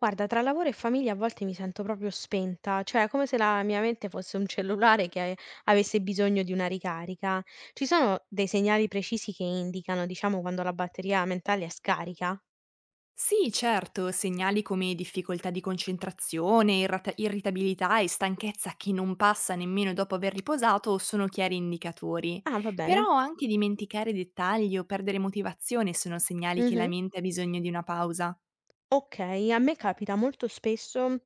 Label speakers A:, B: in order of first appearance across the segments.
A: Guarda, tra lavoro e famiglia a volte mi sento proprio spenta, cioè è come se la mia mente fosse un cellulare che avesse bisogno di una ricarica. Ci sono dei segnali precisi che indicano, diciamo, quando la batteria mentale è scarica?
B: Sì, certo, segnali come difficoltà di concentrazione, irritabilità e stanchezza che non passa nemmeno dopo aver riposato sono chiari indicatori.
A: Ah, va bene.
B: Però anche dimenticare dettagli o perdere motivazione sono segnali che la
A: Mhm.
B: mente ha bisogno di una pausa.
A: Ok, a me capita molto spesso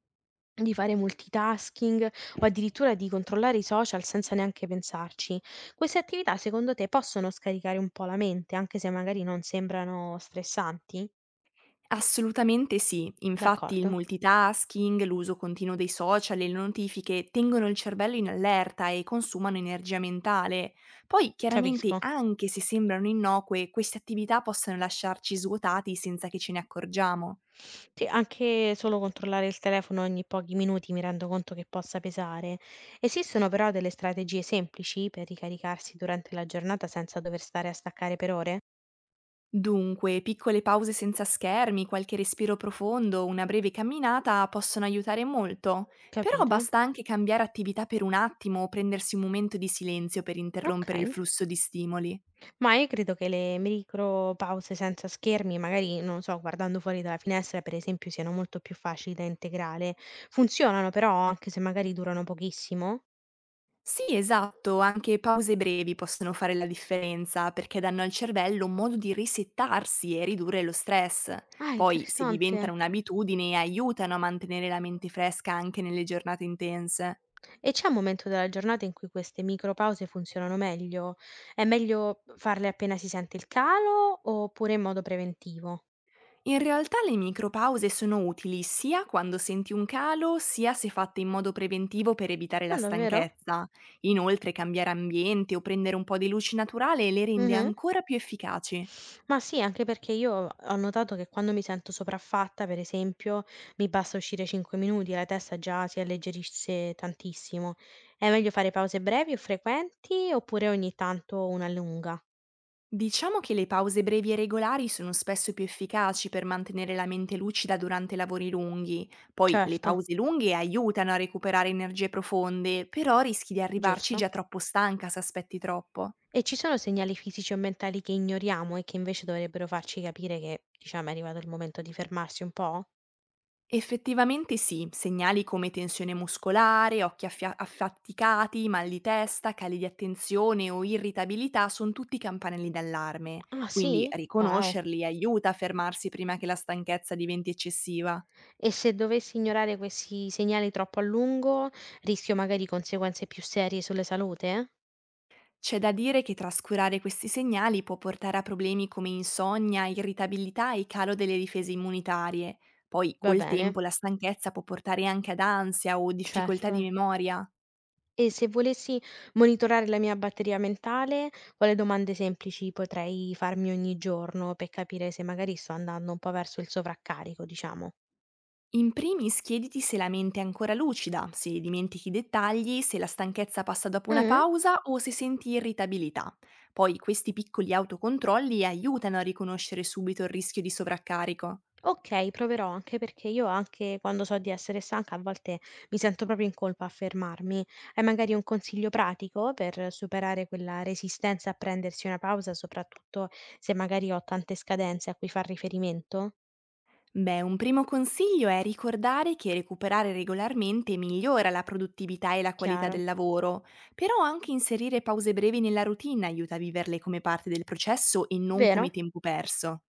A: di fare multitasking o addirittura di controllare i social senza neanche pensarci. Queste attività, secondo te, possono scaricare un po' la mente, anche se magari non sembrano stressanti?
B: Assolutamente sì, infatti il
A: D'accordo,
B: multitasking, l'uso continuo dei social e le notifiche tengono il cervello in allerta e consumano energia mentale. Poi chiaramente
A: capisco.
B: anche se sembrano innocue, queste attività possono lasciarci svuotati senza che ce ne accorgiamo.
A: Sì, anche solo controllare il telefono ogni pochi minuti mi rendo conto che possa pesare. Esistono però delle strategie semplici per ricaricarsi durante la giornata senza dover stare a staccare per ore?
B: Dunque, piccole pause senza schermi, qualche respiro profondo, una breve camminata possono aiutare molto, però
A: Capito?
B: basta anche cambiare attività per un attimo o prendersi un momento di silenzio per interrompere il
A: Ok.
B: flusso di stimoli.
A: Ma io credo che le micro pause senza schermi, magari, non so, guardando fuori dalla finestra, per esempio, siano molto più facili da integrare. Funzionano però, anche se magari durano pochissimo?
B: Sì, esatto, anche pause brevi possono fare la differenza perché danno al cervello un modo di risettarsi e ridurre lo stress.
A: Ah,
B: Poi, se
A: interessante.
B: diventano un'abitudine, aiutano a mantenere la mente fresca anche nelle giornate intense.
A: E c'è un momento della giornata in cui queste micropause funzionano meglio? È meglio farle appena si sente il calo oppure in modo preventivo?
B: In realtà le micropause sono utili sia quando senti un calo, sia se fatte in modo preventivo per evitare la
A: Ah, davvero?
B: stanchezza. Inoltre, cambiare ambiente o prendere un po' di luce naturale le rende
A: Mh-mh.
B: ancora più efficaci.
A: Ma sì, anche perché io ho notato che quando mi sento sopraffatta, per esempio, mi basta uscire 5 minuti e la testa già si alleggerisce tantissimo. È meglio fare pause brevi o frequenti oppure ogni tanto una lunga?
B: Diciamo che le pause brevi e regolari sono spesso più efficaci per mantenere la mente lucida durante lavori lunghi. Poi le
A: Certo,
B: pause lunghe aiutano a recuperare energie profonde, però rischi di arrivarci
A: giusto.
B: già troppo stanca se aspetti troppo.
A: E ci sono segnali fisici o mentali che ignoriamo e che invece dovrebbero farci capire che, diciamo, è arrivato il momento di fermarsi un po'?
B: Effettivamente sì, segnali come tensione muscolare, occhi affaticati, mal di testa, cali di attenzione o irritabilità sono tutti campanelli d'allarme,
A: Ah,
B: quindi
A: sì? Wow.
B: riconoscerli aiuta a fermarsi prima che la stanchezza diventi eccessiva.
A: E se dovessi ignorare questi segnali troppo a lungo, rischio magari conseguenze più serie sulla salute?
B: C'è da dire che trascurare questi segnali può portare a problemi come insonnia, irritabilità e calo delle difese immunitarie. Poi
A: Va
B: col
A: bene,
B: tempo la stanchezza può portare anche ad ansia o difficoltà di
A: certo.
B: memoria.
A: E se volessi monitorare la mia batteria mentale, quale domande semplici potrei farmi ogni giorno per capire se magari sto andando un po' verso il sovraccarico, diciamo?
B: In primis chiediti se la mente è ancora lucida, se dimentichi i dettagli, se la stanchezza passa dopo una
A: Mm?
B: pausa o se senti irritabilità. Poi questi piccoli autocontrolli aiutano a riconoscere subito il rischio di sovraccarico.
A: Okay, proverò, anche perché io anche quando so di essere stanca a volte mi sento proprio in colpa a fermarmi. Hai magari un consiglio pratico per superare quella resistenza a prendersi una pausa, soprattutto se magari ho tante scadenze a cui far riferimento?
B: Beh, un primo consiglio è ricordare che recuperare regolarmente migliora la produttività e la qualità
A: Chiaro,
B: del lavoro, però anche inserire pause brevi nella routine aiuta a viverle come parte del processo e non
A: vero?
B: come tempo perso.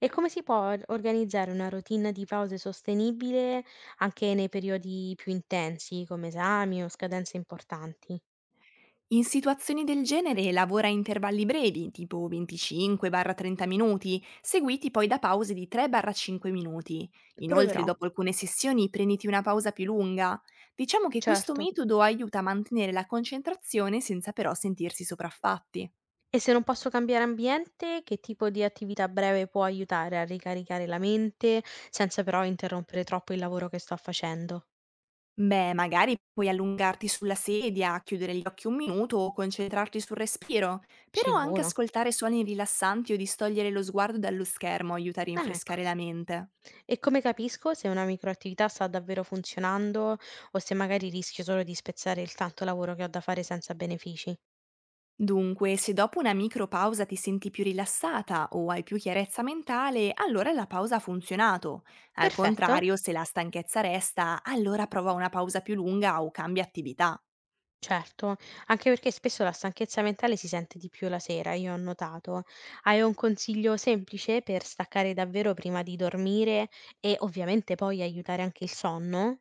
A: E come si può or organizzare una routine di pause sostenibile anche nei periodi più intensi, come esami o scadenze importanti?
B: In situazioni del genere lavora a intervalli brevi, tipo 25-30 minuti, seguiti poi da pause di 3-5 minuti. Inoltre,
A: Proverò,
B: dopo alcune sessioni, prenditi una pausa più lunga. Diciamo che questo
A: certo.
B: metodo aiuta a mantenere la concentrazione senza però sentirsi sopraffatti.
A: E se non posso cambiare ambiente, che tipo di attività breve può aiutare a ricaricare la mente senza però interrompere troppo il lavoro che sto facendo?
B: Beh, magari puoi allungarti sulla sedia, chiudere gli occhi un minuto o concentrarti sul respiro, però anche
A: Sicuro.
B: ascoltare suoni rilassanti o distogliere lo sguardo dallo schermo aiuta a
A: Ah, ecco.
B: rinfrescare la mente.
A: E come capisco se una microattività sta davvero funzionando o se magari rischio solo di spezzare il tanto lavoro che ho da fare senza benefici?
B: Dunque, se dopo una micro pausa ti senti più rilassata o hai più chiarezza mentale, allora la pausa ha funzionato. Al
A: Perfetto.
B: contrario, se la stanchezza resta, allora prova una pausa più lunga o cambia attività.
A: Certo, anche perché spesso la stanchezza mentale si sente di più la sera, io ho notato. Hai un consiglio semplice per staccare davvero prima di dormire e ovviamente poi aiutare anche il sonno?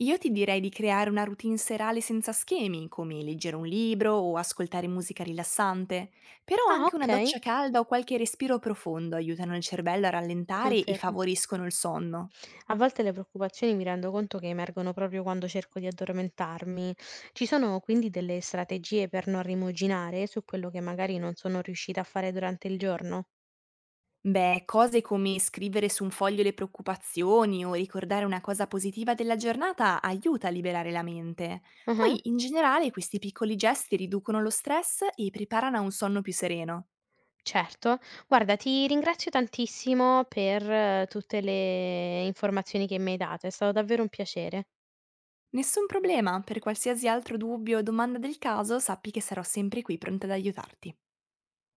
B: Io ti direi di creare una routine serale senza schemi, come leggere un libro o ascoltare musica rilassante, però
A: Ah,
B: anche
A: ok,
B: una doccia calda o qualche respiro profondo aiutano il cervello a rallentare e
A: confermo.
B: favoriscono il sonno.
A: A volte le preoccupazioni mi rendo conto che emergono proprio quando cerco di addormentarmi. Ci sono quindi delle strategie per non rimuginare su quello che magari non sono riuscita a fare durante il giorno?
B: Beh, cose come scrivere su un foglio le preoccupazioni o ricordare una cosa positiva della giornata aiuta a liberare la mente. Poi, in generale, questi piccoli gesti riducono lo stress e preparano a un sonno più sereno.
A: Certo, guarda ti ringrazio tantissimo per tutte le informazioni che mi hai dato, è stato davvero un piacere.
B: Nessun problema, per qualsiasi altro dubbio o domanda del caso sappi che sarò sempre qui pronta ad aiutarti.